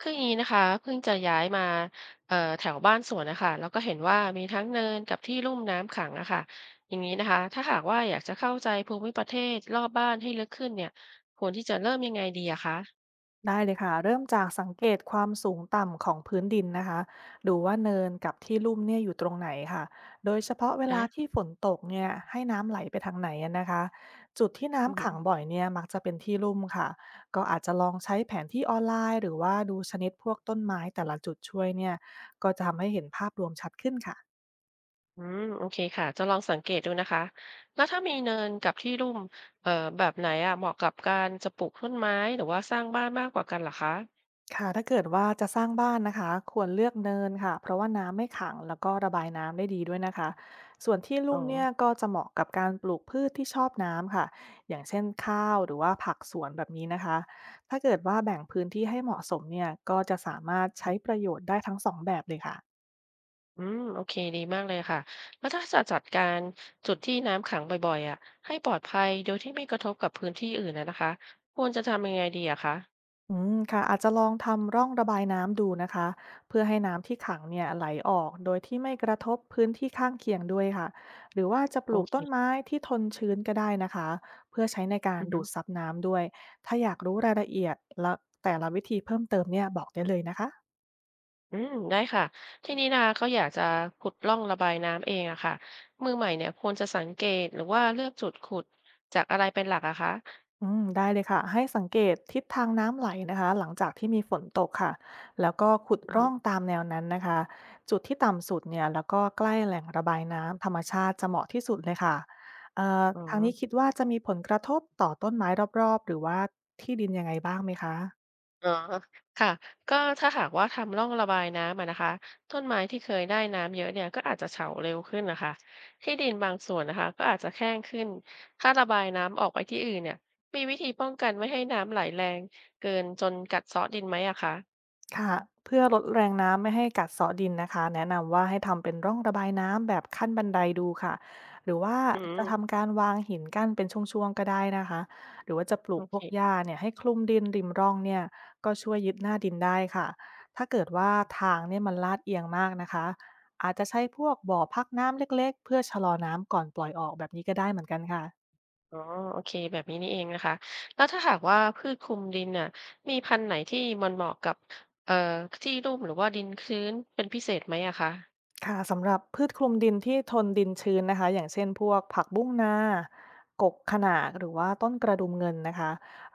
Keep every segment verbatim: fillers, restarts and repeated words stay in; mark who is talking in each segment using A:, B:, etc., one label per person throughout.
A: คืออย่างนี้นะคะเพิ่งจะย้ายมาเอ่อแถวบ้านสวนนะคะแล้วก็เห็นว่ามีทั้งเนินกับที่ลุ่มน้ำขังอะค่ะอย่างนี้นะคะถ้าหากว่าอยากจะเข้าใจภูมิประเทศรอบบ้านให้ลึกขึ้นเนี่ยควรที่จะเริ่มยังไงดีอะคะ
B: ได้เลยค่ะเริ่มจากสังเกตความสูงต่ำของพื้นดินนะคะดูว่าเนินกับที่ลุ่มเนี่ยอยู่ตรงไหนค่ะโดยเฉพาะเว
A: ได้
B: ลาที่ฝนตกเนี่ยให้น้ำไหลไปทางไหนอะนะคะจุดที่
A: อือ
B: น้ำ
A: หือ
B: ขังบ่อยเนี่ยมักจะเป็นที่ลุ่มค่ะก็อาจจะลองใช้แผนที่ออนไลน์หรือว่าดูชนิดพวกต้นไม้แต่ละจุดช่วยเนี่ยก็จะทำให้เห็นภาพรวมชัดขึ้นค่ะ
A: อืมโอเคค่ะจะลองสังเกตดูนะคะแล้วถ้ามีเนินกับที่ลุ่มเอ่อแบบไหนอะเหมาะกับการจะปลูกต้นไม้หรือว่าสร้างบ้านมากกว่ากันเหรอคะ
B: ค่ะถ้าเกิดว่าจะสร้างบ้านนะคะควรเลือกเนินค่ะเพราะว่าน้ำไม่ขังแล้วก็ระบายน้ำได้ดีด้วยนะคะส่วนที่
A: อ๋
B: ลุ่มเนี่ย
A: อ
B: ก็จะเหมาะกับการปลูกพืชที่ชอบน้ำค่ะอย่างเช่นข้าวหรือว่าผักสวนแบบนี้นะคะถ้าเกิดว่าแบ่งพื้นที่ให้เหมาะสมเนี่ยก็จะสามารถใช้ประโยชน์ได้ทั้งสองแบบเลยค่ะ
A: อืมโอเคดีมากเลยค่ะแล้วถ้าจะจัดการจุดที่น้ำขังบ่อยๆอ่ะให้ปลอดภัยโดยที่ไม่กระทบกับพื้นที่อื่นนะนะคะควรจะทำยังไงดีอะคะ
B: อืมค่ะอาจจะลองทำร่องระบายน้ำดูนะคะเพื่อให้น้ำที่ขังเนี่ยไหลออกโดยที่ไม่กระทบพื้นที่ข้างเคียงด้วยค่ะหรือว่าจะป
A: โอ
B: ลูก
A: เค
B: ต้นไม้ที่ทนชื้นก็ได้นะคะเพื่อใช้ในการ
A: อือฮึ
B: ดูดซับน้ำด้วยถ้าอยากรู้รายละเอียดและแต่ละวิธีเพิ่มเติมเนี่ยบอกได้เลยนะคะ
A: อืมได้ค่ะทีนี้นะก็อยากจะขุดร่องระบายน้ำเองอะค่ะมือใหม่เนี่ยควรจะสังเกตหรือว่าเลือกจุดขุดจากอะไรเป็นหลักอะคะ
B: อืมได้เลยค่ะให้สังเกตทิศทางน้ำไหลนะคะหลังจากที่มีฝนตกค่ะแล้วก็ขุด
A: อือฮึ
B: ร่องตามแนวนั้นนะคะจุดที่ต่ำสุดเนี่ยแล้วก็ใกล้แหล่งระบายน้ำธรรมชาติจะเหมาะที่สุดเลยค่ะเอ่อ
A: อ๋อ
B: ทางนี้คิดว่าจะมีผลกระทบต่อต้นไม้รอบๆหรือว่าที่ดินยังไงบ้างไหมคะ
A: อ๋อค่ะก็ถ้าหากว่าทำร่องระบายน้ำอะนะคะต้นไม้ที่เคยได้น้ำเยอะเนี่ยก็อาจจะเฉาเร็วขึ้นนะคะที่ดินบางส่วนนะคะก็อาจจะแห้งขึ้นถ้าระบายน้ำออกไปที่อื่นเนี่ยมีวิธีป้องกันไม่ให้น้ำไหลแรงเกินจนกัดเซาะดินไหมอะคะ
B: ค่ะเพื่อลดแรงน้ำไม่ให้กัดเซาะดินนะคะแนะนำว่าให้ทำเป็นร่องระบายน้ำแบบขั้นบันไดดูค่ะหรือว่า
A: อื
B: จะ
A: ม
B: ทำการวางหินกั้นเป็นช่วงๆก็ได้นะคะหรือว่าจะปลู
A: โอ
B: กพ
A: เค
B: วกหญ้าเนี่ยให้คลุมดินริมร่องเนี่ยก็ช่วยยึดหน้าดินได้ค่ะถ้าเกิดว่าทางเนี่ยมันลาดเอียงมากนะคะอาจจะใช้พวกบ่อพักน้ำเล็กๆเพื่อชะลอน้ำก่อนปล่อยออกแบบนี้ก็ได้เหมือนกันค่ะ
A: อ๋อโอเคแบบนี้นี่เองนะคะแล้วถ้าหากว่าพืชคลุมดินน่ะมีพันธุ์ไหนที่มันเหมาะกับเอ่อที่ลุ่มหรือว่าดินชื้นเป็นพิเศษไหมอะคะ
B: ค่ะสำหรับพืชคลุมดินที่ทนดินชื้นนะคะอย่างเช่นพวกผักบุ้งนากกขนากหรือว่าต้นกระดุมเงินนะคะ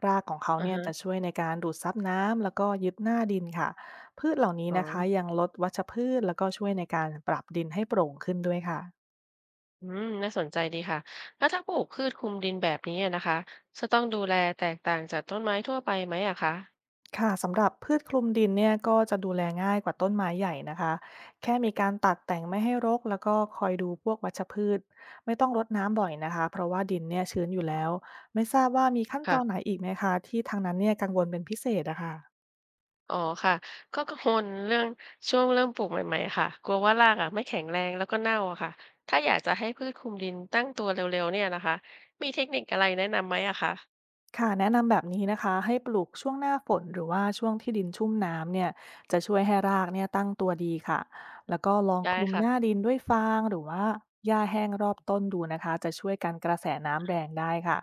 B: รากของเขา
A: อือ
B: เนี่ย
A: ฮะ
B: จะช่วยในการดูดซับน้ำแล้วก็ยึดหน้าดินค่ะพืชเหล่านี้
A: อ๋อ
B: นะคะยังลดวัชพืชแล้วก็ช่วยในการปรับดินให้โปร่งขึ้นด้วยค่ะ
A: อืมน่าสนใจดีค่ะแล้วถ้าปลูกพืชคลุมดินแบบนี้อะนะคะจะต้องดูแลแตกต่างจากต้นไม้ทั่วไปไหมอะคะ
B: ค่ะสำหรับพืชคลุมดินเนี่ยก็จะดูแลง่ายกว่าต้นไม้ใหญ่นะคะแค่มีการตัดแต่งไม่ให้รกแล้วก็คอยดูพวกวัชพืชไม่ต้องรดน้ำบ่อยนะคะเพราะว่าดินเนี่ยชื้นอยู่แล้วไม่ทราบว่ามีขั้นตอนไหน
A: ค่ะ
B: อีกไหมคะที่ทางนั้นเนี่ยกังวลเป็นพิเศษอะค่ะ
A: อ๋อค่ะก็กังวลเรื่องช่วงเริ่มปลูกใหม่ๆค่ะกลัวว่ารากอะไม่แข็งแรงแล้วก็เน่าอะค่ะถ้าอยากจะให้พืชคลุมดินตั้งตัวเร็วๆเนี่ยนะคะมีเทคนิคอะไรแนะนำไหมอะคะ
B: ค่ะแนะนำแบบนี้นะคะให้ปลูกช่วงหน้าฝนหรือว่าช่วงที่ดินชุ่มน้ำเนี่ยจะช่วยให้รากเนี่ยตั้งตัวดีค่ะแล้วก็ลอง
A: ได้
B: คลุมหน้า
A: ค่ะ
B: ดินด้วยฟางหรือว่าหญ้าแห้งรอบต้นดูนะคะจะช่วยกันกระแสน้ำแรง
A: อ่
B: ได้ค่ะ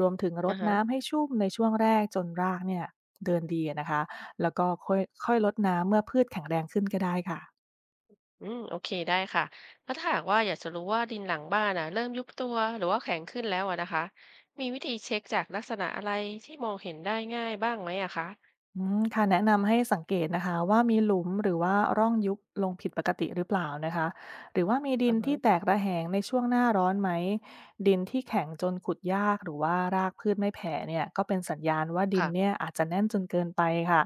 B: รวมถึงร
A: า
B: ด
A: ฮะ
B: น้ำให้ชุ่มในช่วงแรกจนรากเนี่ยเดินดีนะคะแล้วก็ค่อยค่อยลดน้ำเมื่อพืชแข็งแรงขึ้นก็ได้ค่ะ
A: อืมโอเคได้ค่ะแล้วถ้าหากว่าอยากจะรู้ว่าดินหลังบ้านอ่ะเริ่มยุบตัวหรือว่าแข็งขึ้นแล้วอะนะคะมีวิธีเช็คจากลักษณะอะไรที่มองเห็นได้ง่ายบ้างไหมอะคะ
B: อืมค่ะแนะนำให้สังเกตนะคะว่ามีหลุมหรือว่าร่องยุบลงผิดปกติหรือเปล่านะคะหรือว่ามีดิ
A: อือ
B: น
A: ฮะ
B: ที่แตกระแหงในช่วงหน้าร้อนไหมดินที่แข็งจนขุดยากหรือว่ารากพืชไม่แผ่เนี่ยก็เป็นสัญญาณว่าดิน
A: ค่ะ
B: เนี่ยอาจจะแน่นจนเกินไปค่ะ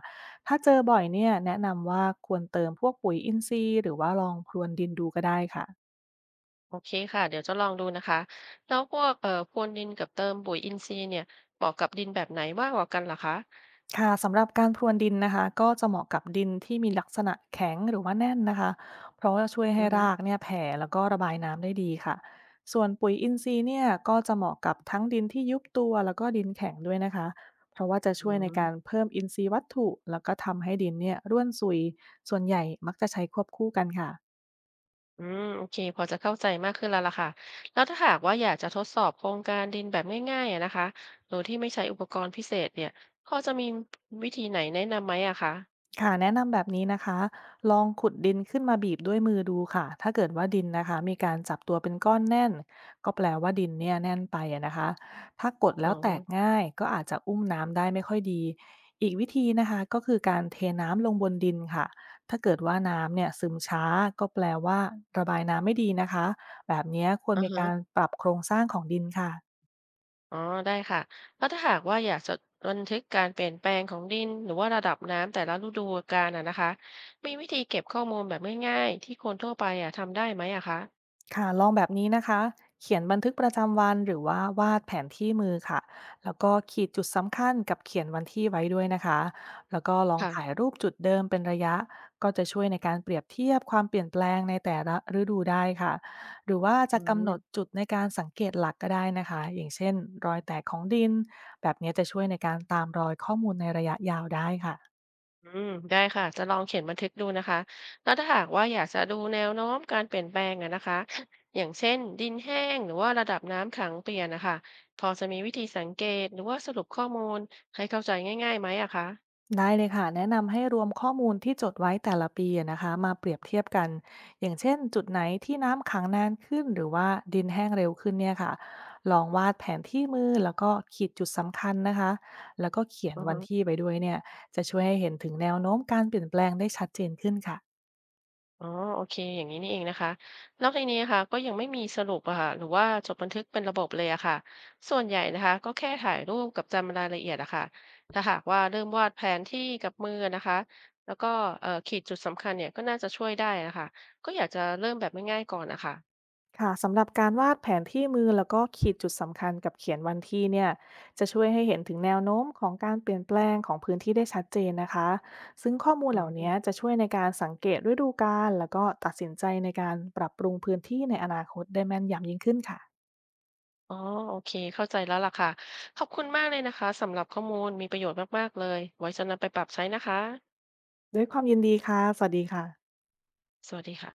B: ถ้าเจอบ่อยเนี่ยแนะนำว่าควรเติมพวกปุ๋ยอินทรีย์หรือว่าลองพรวนดินดูก็ได้ค่ะ
A: โอเคค่ะเดี๋ยวจะลองดูนะคะแล้วพวกเอ่อพรวนดินกับเติมปุ๋ยอินทรีย์เนี่ยเหมาะกับดินแบบไหนมากกว่ากันล่ะคะ
B: ค่ะสำหรับการพรวนดินนะคะก็จะเหมาะกับดินที่มีลักษณะแข็งหรือว่าแน่นนะคะเพราะว่าช่วย
A: อื
B: ให้
A: อฮึ
B: รากเนี่ยแผ่แล้วก็ระบายน้ำได้ดีค่ะส่วนปุ๋ยอินทรีย์เนี่ยก็จะเหมาะกับทั้งดินที่ยุบตัวแล้วก็ดินแข็งด้วยนะคะเพราะว่าจะ
A: อื
B: ช่วยในการ
A: ม
B: เพิ่มอินทรีย์วัตถุแล้วก็ทำให้ดินเนี่ยร่วนซุยส่วนใหญ่มักจะใช้ควบคู่กันค่ะ
A: อืมโอเคพอจะเข้าใจมากขึ้นแล้วล่ะค่ะแล้วถ้าหากว่าอยากจะทดสอบโครงการดินแบบง่ายๆอะนะคะโดยที่ไม่ใช้อุปกรณ์พิเศษเนี่ยพอจะมีวิธีไหนแนะนำไหมอะคะ
B: ค่ะแนะนำแบบนี้นะคะลองขุดดินขึ้นมาบีบด้วยมือดูค่ะถ้าเกิดว่าดินนะคะมีการจับตัวเป็นก้อนแน่นก็แปลว่าดินเนี่ยแน่นไปอะนะคะถ้ากดแล้
A: อ๋อ
B: วแตกง่ายก็อาจจะอุ้มน้ำได้ไม่ค่อยดีอีกวิธีนะคะก็คือการเทน้ำลงบนดินค่ะถ้าเกิดว่าน้ำเนี่ยซึมช้าก็แปลว่าระบายน้ำไม่ดีนะคะแบบเนี้ยควร
A: อือ
B: มี
A: ฮะ
B: การปรับโครงสร้างของดินค่ะ
A: อ๋อได้ค่ะแล้วถ้าหากว่าอยากจะบันทึกการเปลี่ยนแปลงของดินหรือว่าระดับน้ำแต่ละฤดูกาลอะนะคะมีวิธีเก็บข้อมูลแบบง่ายๆที่คนทั่วไปอะทำได้ไหมอะคะ
B: ค่ะลองแบบนี้นะคะเขียนบันทึกประจำวันหรือว่าวาดแผนที่มือค่ะแล้วก็ขีดจุดสำคัญกับเขียนวันที่ไว้ด้วยนะคะแล้วก็ลองถ่าย
A: ค่ะ
B: รูปจุดเดิมเป็นระยะก็จะช่วยในการเปรียบเทียบความเปลี่ยนแปลงในแต่ละฤดูได้ค่ะหรือว่า
A: อื
B: จะกำหนด
A: ม
B: จุดในการสังเกตหลักก็ได้นะคะอย่างเช่นรอยแตกของดินแบบนี้จะช่วยในการตามรอยข้อมูลในระยะยาวได้ค่ะ
A: อืมได้ค่ะจะลองเขียนบันทึกดูนะคะแล้วถ้าหากว่าอยากจะดูแนวโน้มการเปลี่ยนแปลงอะนะคะอย่างเช่นดินแห้งหรือว่าระดับน้ำขังเปลี่ยนนะคะพอจะมีวิธีสังเกตหรือว่าสรุปข้อมูลให้เข้าใจง่ายๆไหมอะคะ
B: ได้เลยค่ะแนะนำให้รวมข้อมูลที่จดไว้แต่ละปีอะนะคะมาเปรียบเทียบกันอย่างเช่นจุดไหนที่น้ำขังนานขึ้นหรือว่าดินแห้งเร็วขึ้นเนี่ยค่ะลองวาดแผนที่มือแล้วก็ขีดจุดสำคัญนะคะแล้วก็เขียน
A: อือ
B: วั
A: ฮึ
B: นที่ไปด้วยเนี่ยจะช่วยให้เห็นถึงแนวโน้มการเปลี่ยนแปลงได้ชัดเจนขึ้นค่ะ
A: อ๋อโอเคอย่างนี้นี่เองนะคะแล้วในนี้นะค่ะก็ยังไม่มีสรุปอะค่ะหรือว่าจดบันทึกเป็นระบบเลยอะค่ะส่วนใหญ่นะคะก็แค่ถ่ายรูปกับจำรายละเอียดอะค่ะถ้าหากว่าเริ่มวาดแผนที่กับมือนะคะแล้วก็เอ่อขีดจุดสำคัญเนี่ยก็น่าจะช่วยได้นะคะก็อยากจะเริ่มแบบง่ายๆก่อนนะคะ
B: ค่ะสำหรับการวาดแผนที่มือแล้วก็ขีดจุดสำคัญกับเขียนวันที่เนี่ยจะช่วยให้เห็นถึงแนวโน้มของการเปลี่ยนแปลงของพื้นที่ได้ชัดเจนนะคะซึ่งข้อมูล
A: อื
B: เหล่านี้
A: ม
B: จะช่วยในการสังเกตฤดูกาลแล้วก็ตัดสินใจในการปรับปรุงพื้นที่ในอนาคตได้แม่นยำยิ่งขึ้นค่ะ
A: อ๋อโอเคเข้าใจแล้วล่ะค่ะขอบคุณมากเลยนะคะสำหรับข้อมูลมีประโยชน์มากๆเลยไว้จะนำไปปรับใช้นะคะ
B: ด้วยความยินดีค่ะสวัสดีค่ะ
A: สวัสดีค่ะ